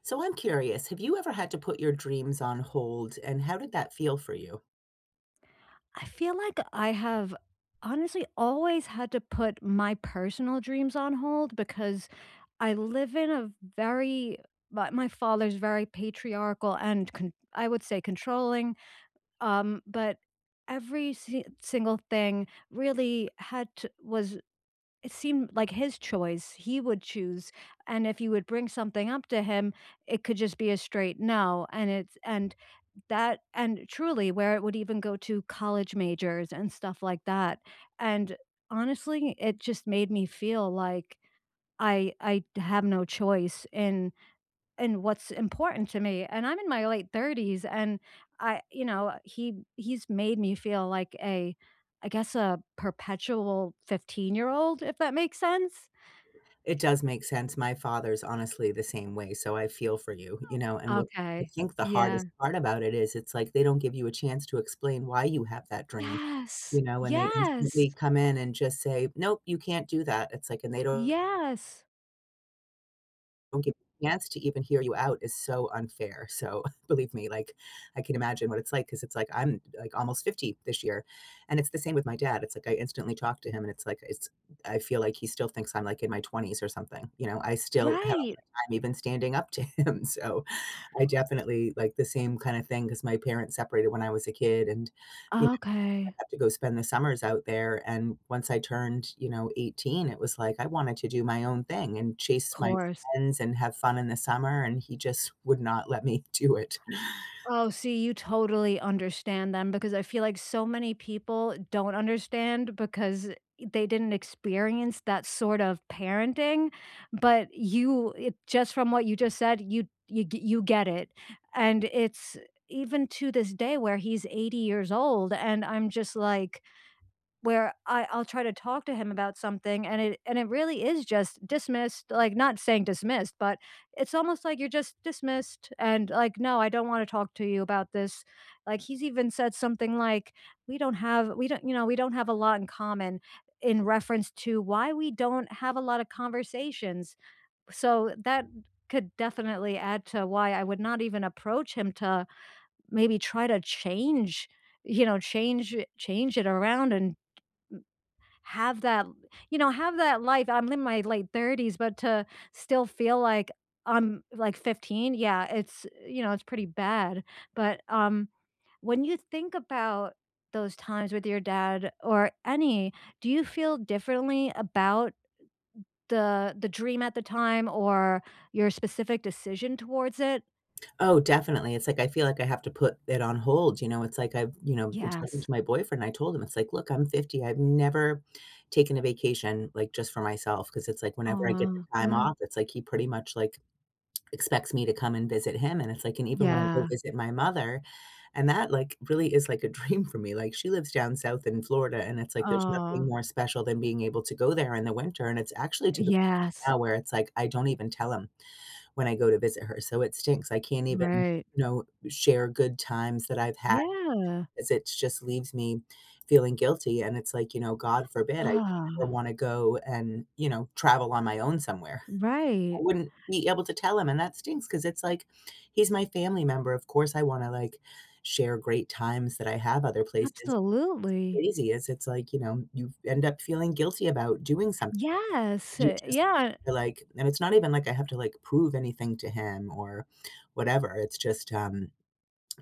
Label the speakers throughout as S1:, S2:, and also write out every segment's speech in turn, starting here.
S1: So I'm curious, have you ever had to put your dreams on hold, and how did that feel for you?
S2: I feel like I have honestly always had to put my personal dreams on hold because I live in a very my father's very patriarchal and I would say controlling, but every single thing really was, it seemed like, his choice. He would choose, and if you would bring something up to him, it could just be a straight no. And it's and that and truly, where it would even go to college majors and stuff like that. And honestly, it just made me feel like I have no choice in what's important to me. And I'm in my late 30s, and he's made me feel like a I guess a perpetual 15-year-old, if that makes sense?
S1: It does make sense. My father's honestly the same way, so I feel for you, you know, and what I
S2: Okay.
S1: think the
S2: Yeah.
S1: hardest part about it is it's like they don't give you a chance to explain why you have that dream, you
S2: Yes.
S1: know, when they instantly
S2: Yes.
S1: come in and just say, "Nope, you can't do that." It's like, and they don't
S2: Yes.
S1: Don't give you a chance to even hear you out is so unfair, so, believe me, like, I can imagine what it's like because it's like, I'm, like, almost 50 this year, and it's the same with my dad, it's like I instantly talk to him, and it's like, it's I feel like he still thinks I'm, like, in my 20s or something, you know? I still have a
S2: Right.
S1: hard time even standing up to him, so I definitely like the same kinda thing because my parents separated when I was a kid and, you
S2: Okay.
S1: have to go spend the summers out there, and once I turned, you know, 18, it was like I wanted to do my own thing and chase my
S2: Course.
S1: friends and have fun in the summer, and he just would not let me do it.
S2: Oh, see, you totally understand them, because I feel like so many people don't understand because they didn't experience that sort of parenting, but you it just from what you just said, you get it. And it's, even to this day where he's 80 years old, and I'm just like, where I'll try to talk to him about something, and it really is just dismissed. Like, not saying dismissed, but it's almost like you're just dismissed and like, "No, I don't wanna talk to you about this." Like, he's even said something like, "We don't have we don't you know, we don't have a lot in common," in reference to why we don't have a lot of conversations. So that could definitely add to why I would not even approach him to maybe try to change, you know, change it around, and have that life. I'm in my late 30s, but to still feel like I'm, like, 15, yeah, it's, it's pretty bad, but, when you think about those times with your dad or any, do you feel differently about the dream at the time or your specific decision towards it?
S1: Oh, definitely. It's like I feel like I have to put it on hold, you know, it's like I've, you know, been talking
S2: Yes.
S1: to my boyfriend, I told him, it's like, "Look, I'm 50, I've never taken a vacation, like, just for myself because it's like whenever I get the
S2: Oh,
S1: time
S2: yeah.
S1: off, it's like he pretty much, like, expects me to come and visit him, and it's like and even when I go
S2: Yeah.
S1: visit my mother and that, like, really is like a dream for me, like, she lives down south in Florida, and it's like there's nothing
S2: Oh,
S1: more special than being able to go there in the winter, and it's actually to the point
S2: yes.
S1: now where it's like, I don't even tell him when I go to visit her, so it stinks, I can't even,
S2: Right.
S1: you know, share good times that I've had
S2: Yeah.
S1: because it just leaves me feeling guilty, and it's like, you know, God forbid I ever
S2: Ah,
S1: wanna go and, you know, travel on my own somewhere. I
S2: right.
S1: wouldn't be able to tell him, and that stinks because it's like, he's my family member, of course I wanna, like, share great times that I have other places.
S2: Absolutely.
S1: Crazy is it's like, you know, you end up feeling guilty about doing something.
S2: Yes,
S1: You just,
S2: yeah,
S1: you like, and it's not even like I have to, like, prove anything to him or whatever, it's just,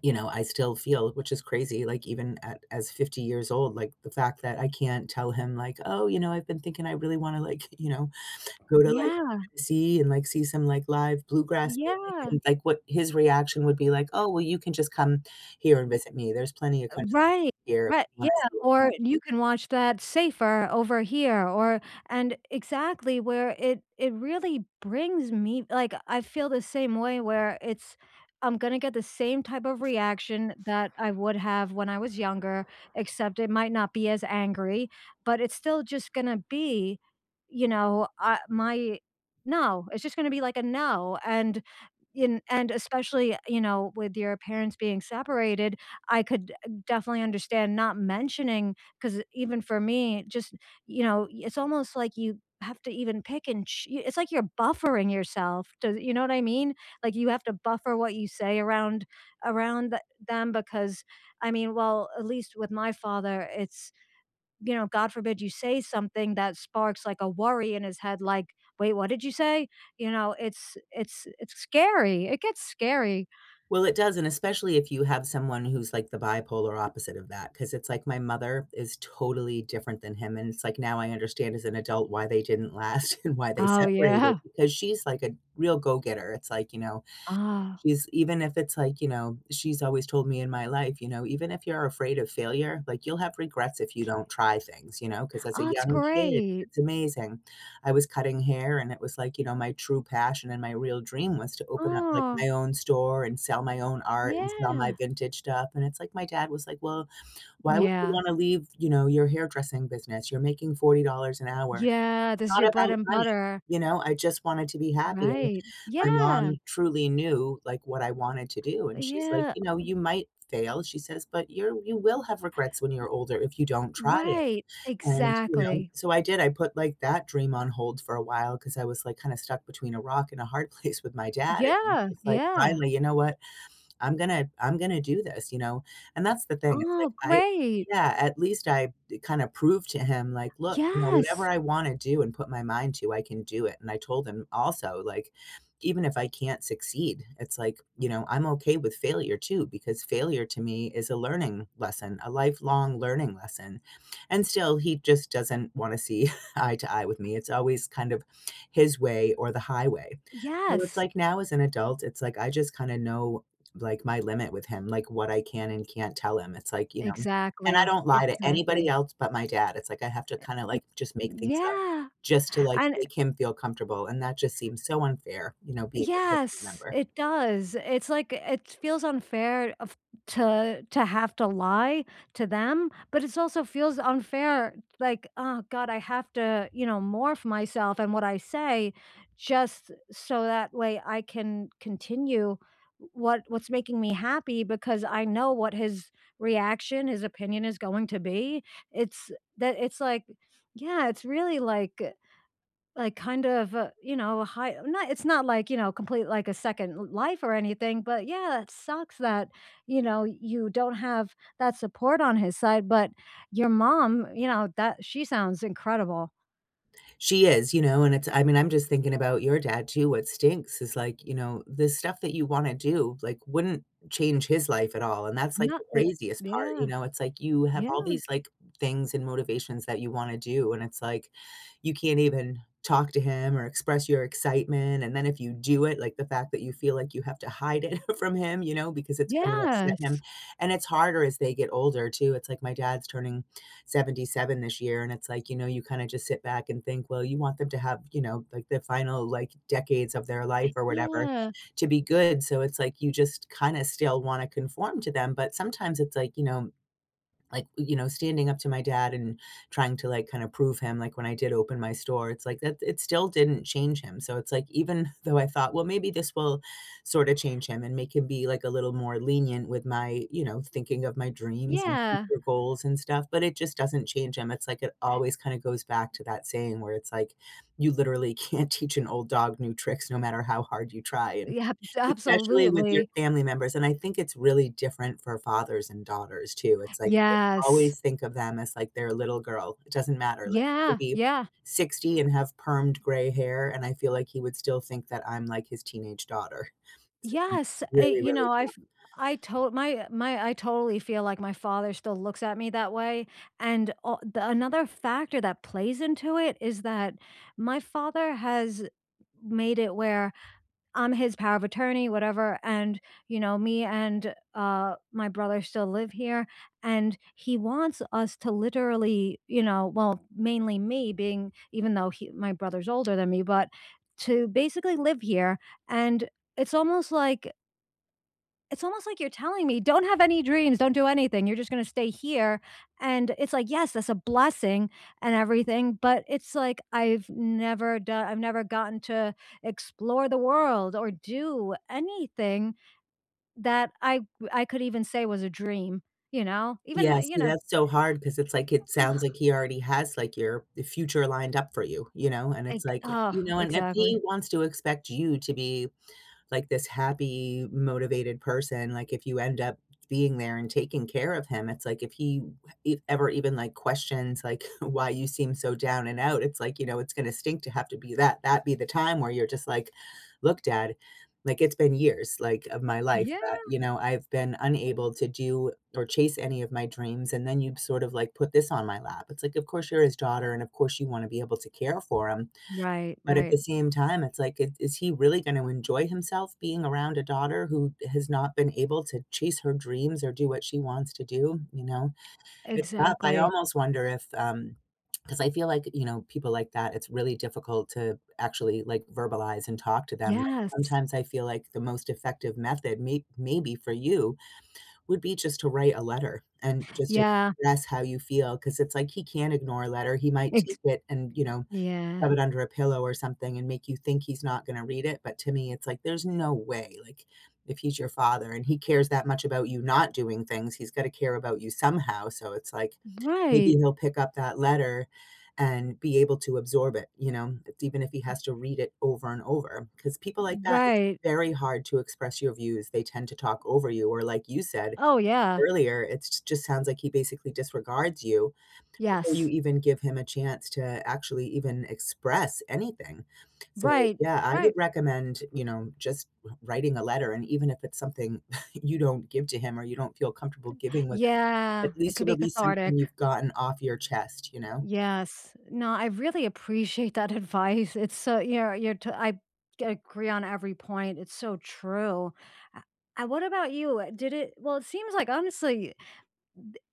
S1: you know, I still feel which is crazy, like, even at as 50 years old, like, the fact that I can't tell him, like, "Oh, you know, I've been thinking I really wanna, like, you know, go to, like,
S2: yeah,
S1: Tennessee and, like, see some, like, live bluegrass music
S2: yeah,
S1: and, like, what his reaction would be like, "Oh, well, you can just come here and visit me. There's plenty of country
S2: right,
S1: here if
S2: right,
S1: you
S2: yeah,
S1: wanna see it."
S2: or you can watch that safer over here, or and exactly, where it really brings me, like, I feel the same way where it's, I'm gonna get the same type of reaction that I would have when I was younger, except it might not be as angry, but it's still just gonna be, you know, my no, it's just gonna be like a no. And In and especially, you know, with your parents being separated, I could definitely understand not mentioning. Because even for me, just, you know, it's almost like you have to even pick and ch it's like you're buffering yourself. Does you know what I mean? Like, you have to buffer what you say around around th them, because, I mean, well, at least with my father, it's, you know, God forbid you say something that sparks like a worry in his head, like, wait, what did you say? You know, it's scary. It gets scary.
S1: Well, it does, and especially if you have someone who's, like, the bipolar opposite of that, because it's like my mother is totally different than him, and it's like now I understand as an adult why they didn't last and why they
S2: Oh,
S1: separated
S2: yeah.
S1: because she's like a real go-getter. It's like, you know,
S2: Ah.
S1: she's even if it's like, you know, she's always told me in my life, you know, "Even if you're afraid of failure, like, you'll have regrets if you don't try things," you know because as a
S2: Oh, that's
S1: young kid,
S2: great.
S1: it's amazing. I was cutting hair, and it was like, you know, my true passion and my real dream was to open up, like,
S2: Oh,
S1: my own store and sell my own art and sell my
S2: yeah.
S1: vintage stuff, and it's like my dad was like, "Well, why would you
S2: Yeah.
S1: wanna leave, you know, your hairdressing business? You're making $40 an hour." It's
S2: Yeah, this is your
S1: not
S2: bread
S1: about
S2: and
S1: money,
S2: butter.
S1: you know, I just wanted to be happy.
S2: Right.
S1: My
S2: Yeah.
S1: mom truly knew, like, what I wanted to do, and she's like,
S2: Yeah,
S1: "You know, you might fail," she says, "but you're you will have regrets when you're older if you don't try it."
S2: right.
S1: And, you know,
S2: Exactly.
S1: so I did, I put, like, that dream on hold for a while because I was, like, kinda stuck between a rock and a hard place with my dad, and
S2: Yeah,
S1: just like,
S2: yeah.
S1: finally, you know what? I'm gonna do this, you know? And that's the thing, it's like
S2: Oh,
S1: I,
S2: great.
S1: yeah, at least I kinda proved to him, like, "Look, you know, whatever
S2: Yes,
S1: I wanna do and put my mind to, I can do it." And I told him also, like, "Even if I can't succeed, it's like, you know, I'm okay with failure too, because failure to me is a learning lesson, a lifelong learning lesson." And still, he just doesn't wanna see eye to eye with me. It's always kind of his way or the highway. So it's
S2: yes.
S1: like now as an adult, it's like I just kinda know, like, my limit with him, like, what I can and can't tell him. It's like, you know, and I
S2: Exactly,
S1: don't lie to anybody
S2: exactly.
S1: else but my dad. It's like I have to kinda, like, just make things up
S2: Yeah,
S1: just to, like,
S2: and
S1: make him feel comfortable, and that just seems so unfair, you know, being a family
S2: yes,
S1: member.
S2: it does. It's like it feels unfair of to have to lie to them, but it also feels unfair, like, "Oh god, I have to, you know, morph myself and what I say just so that way I can continue what's making me happy, because I know what his reaction, his opinion is going to be." It's that, it's like, yeah, it's really like, kind of, you know, high, not, it's not like, you know, complete like a second l life or anything, but yeah, it sucks that, you know, you don't have that support on his side, but your mom, you know, that she sounds incredible.
S1: She is, you know, and it's, I mean, I'm just thinking about your dad too. What stinks is like, you know, the stuff that you wanna do, like, wouldn't change his life at all, and that's, like, the
S2: Not it
S1: craziest part, you
S2: yeah,
S1: know? It's like you have all
S2: yeah,
S1: these, like, things and motivations that you wanna do, and it's like, you can't even talk to him or express your excitement, and then if you do it, like, the fact that you feel like you have to hide it from him, you know, because it's gonna upset him,
S2: yes,
S1: and it's harder as they get older too. It's like my dad's turning 77 this year. And it's like, you know, you kind of just sit back and think, well, you want them to have, you know, like the final, like, decades of their life or whatever
S2: yeah,
S1: to be good. So it's like you just kind of still want to conform to them. But sometimes it's like, you know, standing up to my dad and trying to, like, kinda prove him, like, when I did open my store, it's like that it still didn't change him, so it's like, even though I thought, "Well, maybe this will sorta change him and make him be, like, a little more lenient with my, you know, thinking of my dreams and
S2: yeah,
S1: future goals and stuff," but it just doesn't change him. It's like it always kinda goes back to that saying where it's like, you literally can't teach an old dog new tricks no matter how hard you try, and
S2: yeah,
S1: especially with your
S2: absolutely,
S1: family members, and I think it's really different for fathers and daughters too. It's like
S2: yes,
S1: always think of them as, like, their little girl. It doesn't matter, like, I could
S2: yeah,
S1: be
S2: yeah.
S1: 60 and have permed gray hair, and I feel like he would still think that I'm, like, his teenage daughter. So,
S2: Yes,
S1: really,
S2: you
S1: really
S2: know,
S1: tough.
S2: I've I told my my I totally feel like my father still looks at me that way, and a the another factor that plays into it is that my father has made it where I'm his power of attorney, whatever. And, you know, me and my brother still live here. And he wants us to literally, you know, well, mainly me being, even though he, my brother's older than me, but to basically live here. And it's almost like, it's almost like you're telling me, "Don't have any dreams, don't do anything, you're just gonna stay here," and it's like, yes, that's a blessing and everything, but it's like, I've never gotten to explore the world or do anything that I could even say was a dream, you know? Even,
S1: Yeah,
S2: you
S1: see,
S2: know,
S1: that's so hard because it's like it sounds like he already has, like, your the future lined up for you, you know, and it's
S2: like,
S1: like,
S2: oh,
S1: you know, and if
S2: exactly.
S1: he wants to expect you to be like this happy, motivated person, like if you end up being there and taking care of him, it's like if he e ever even, like, questions, like, why you seem so down and out, it's like, you know, it's gonna stink to have to be that be the time where you're just like, "Look, dad, like, it's been years, like, of my life that,
S2: Yeah.
S1: you know, I've been unable to do or chase any of my dreams, and then you sort of, like, put this on my lap." It's like, of course you're his daughter, and of course you wanna be able to care for him,
S2: Right,
S1: but at the
S2: right.
S1: same time, it's like, is he really gonna enjoy himself being around a daughter who has not been able to chase her dreams or do what she wants to do, you know? It's tough. I
S2: Exactly.
S1: almost wonder if, because I feel like, you know, people like that, it's really difficult to actually, like, verbalize and talk to them. Like,
S2: Yes.
S1: sometimes I feel like the most effective method maybe for you would be just to write a letter and just
S2: Yeah.
S1: express how you feel, because it's like he can't ignore a letter. He might
S2: Ex
S1: take it and, you know,
S2: yeah.
S1: shove it under a pillow or something and make you think he's not gonna read it, but to me, it's like, there's no way, like, if he's your father and he cares that much about you not doing things, he's gotta care about you somehow, so it's like, maybe
S2: Right.
S1: he'll pick up that letter and be able to absorb it, you know, it's even if he has to read it over and over. Because people like that, it's
S2: Right.
S1: very hard to express your views, they tend to talk over you, or like you said
S2: Oh, yeah.
S1: earlier, it just sounds like he basically disregards you before you
S2: Yes.
S1: even give him a chance to actually even express anything. So,
S2: Right,
S1: yeah, I would
S2: right.
S1: recommend, you know, just writing a letter, and even if it's something you don't give to him or you don't feel comfortable giving with him, at
S2: Yeah, it
S1: least
S2: could be
S1: it'll be
S2: cathartic.
S1: something you've gotten off your chest, you know?
S2: Yes. No, I really appreciate that advice. It's so, you're t I agree on every point. It's so true. Uh, what about you? Did it, well, it seems like, honestly,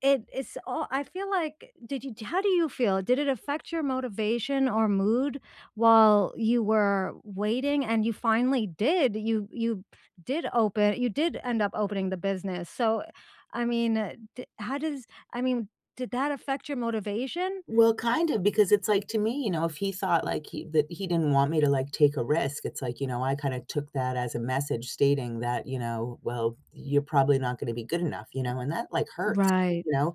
S2: it, it's all, I feel like, did you, how do you feel? Did it affect your motivation or mood while you were waiting, and you finally did, you, did open, you did end up opening the business. So, I mean, d how does I mean, did that affect your motivation?
S1: Well, kind of, because it's like to me, you know, if he thought like he that he didn't want me to like take a risk, it's like, you know, I kind of took that as a message stating that, you know, well, you're probably not going to be good enough, you know, and that like hurts, you
S2: Right,
S1: know.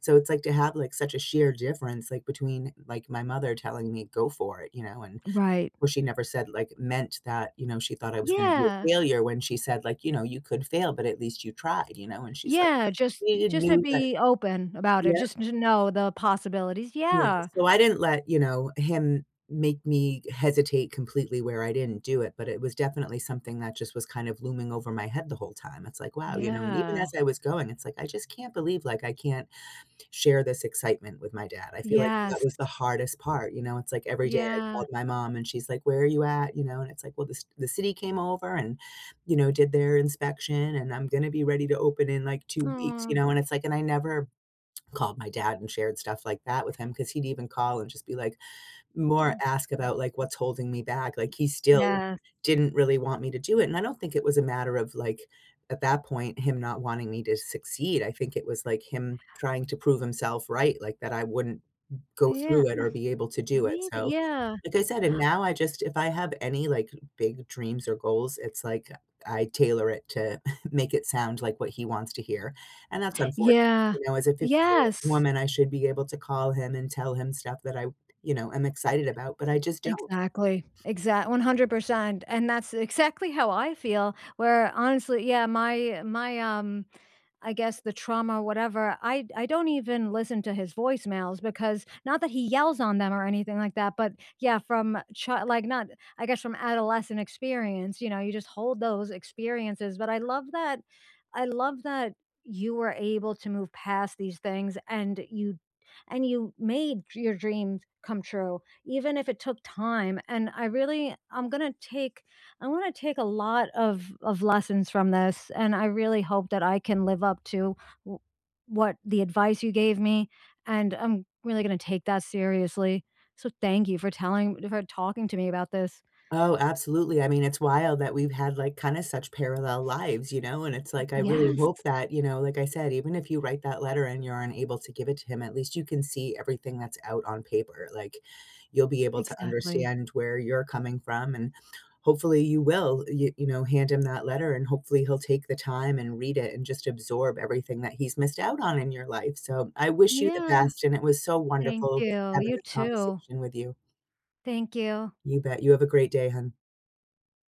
S1: So it's like to have like such a sheer difference like between like my mother telling me go for it, you know, and
S2: right.
S1: where she never said like meant that, you know, she thought I was going to be a
S2: Yeah.
S1: failure when she said like, you know, you could fail, but at least you tried, you know, and she's like,
S2: Yeah, just
S1: you
S2: just to
S1: knew that.
S2: be open about it,
S1: Yeah,
S2: just to know the possibilities.
S1: yeah,
S2: Yeah.
S1: so I didn't let, you know, him make me hesitate completely where I didn't do it, but it was definitely something that just was kind of looming over my head the whole time. It's like, wow, you know, and even
S2: Yeah.
S1: as I was going, it's like, I just can't believe, like, I can't share this excitement with my dad. I feel like that
S2: Yes.
S1: was the hardest part, you know, it's like every day I called
S2: Yeah.
S1: my mom and she's like, "Where are you at?" You know, and it's like, "Well, the city came over and, you know, did their inspection, and I'm gonna be ready to open in, like, 2 weeks,"
S2: Aw.
S1: you know, and it's like and I never called my dad and shared stuff like that with him because he'd even call and just be like, more
S2: Ooh.
S1: ask about, like, what's holding me back, like, he still
S2: Yes.
S1: didn't really want me to do it, and I don't think it was a matter of, like, at that point, him not wanting me to succeed, I think it was, like, him trying to prove himself right, like, that I wouldn't go
S2: Yeah,
S1: through it or be able to do it,
S2: maybe,
S1: so,
S2: yeah.
S1: like I said, and now I just if I have any, like, big dreams or goals, it's like I tailor it to make it sound like what he wants to hear, and that's unfortunate,
S2: Yeah.
S1: you know, as a 50-year-old
S2: Yes.
S1: woman, I should be able to call him and tell him stuff that I you know, am excited about, but I just don't.
S2: Exactly. Exact 100%, and that's exactly how I feel, where honestly, yeah, I guess the trauma, whatever, I don't even listen to his voicemails, because not that he yells on them or anything like that, but yeah, from chi like, not, I guess, from adolescent experience, you know, you just hold those experiences, but I love that, I love that you were able to move past these things, and you made your dreams come true, even if it took time. And I really, I wanna take a lot of lessons from this, and I really hope that I can live up to w what the advice you gave me, and I'm really gonna take that seriously. So thank you for telling for talking to me about this.
S1: Oh, absolutely. I mean, it's wild that we've had like kind of such parallel lives, you know, and it's like I really
S2: Yes,
S1: hope that, you know, like I said, even if you write that letter and you're unable to give it to him, at least you can see everything that's out on paper. Like you'll be able to
S2: exactly.
S1: understand where you're coming from and hopefully you will, you know, hand him that letter and hopefully he'll take the time and read it and just absorb everything that he's missed out on in your life. So I wish you the
S2: Yeah,
S1: best and it was so
S2: thank
S1: wonderful
S2: you.
S1: having
S2: You
S1: this
S2: too.
S1: conversation with you.
S2: Thank you.
S1: You bet. You have a great day, hun.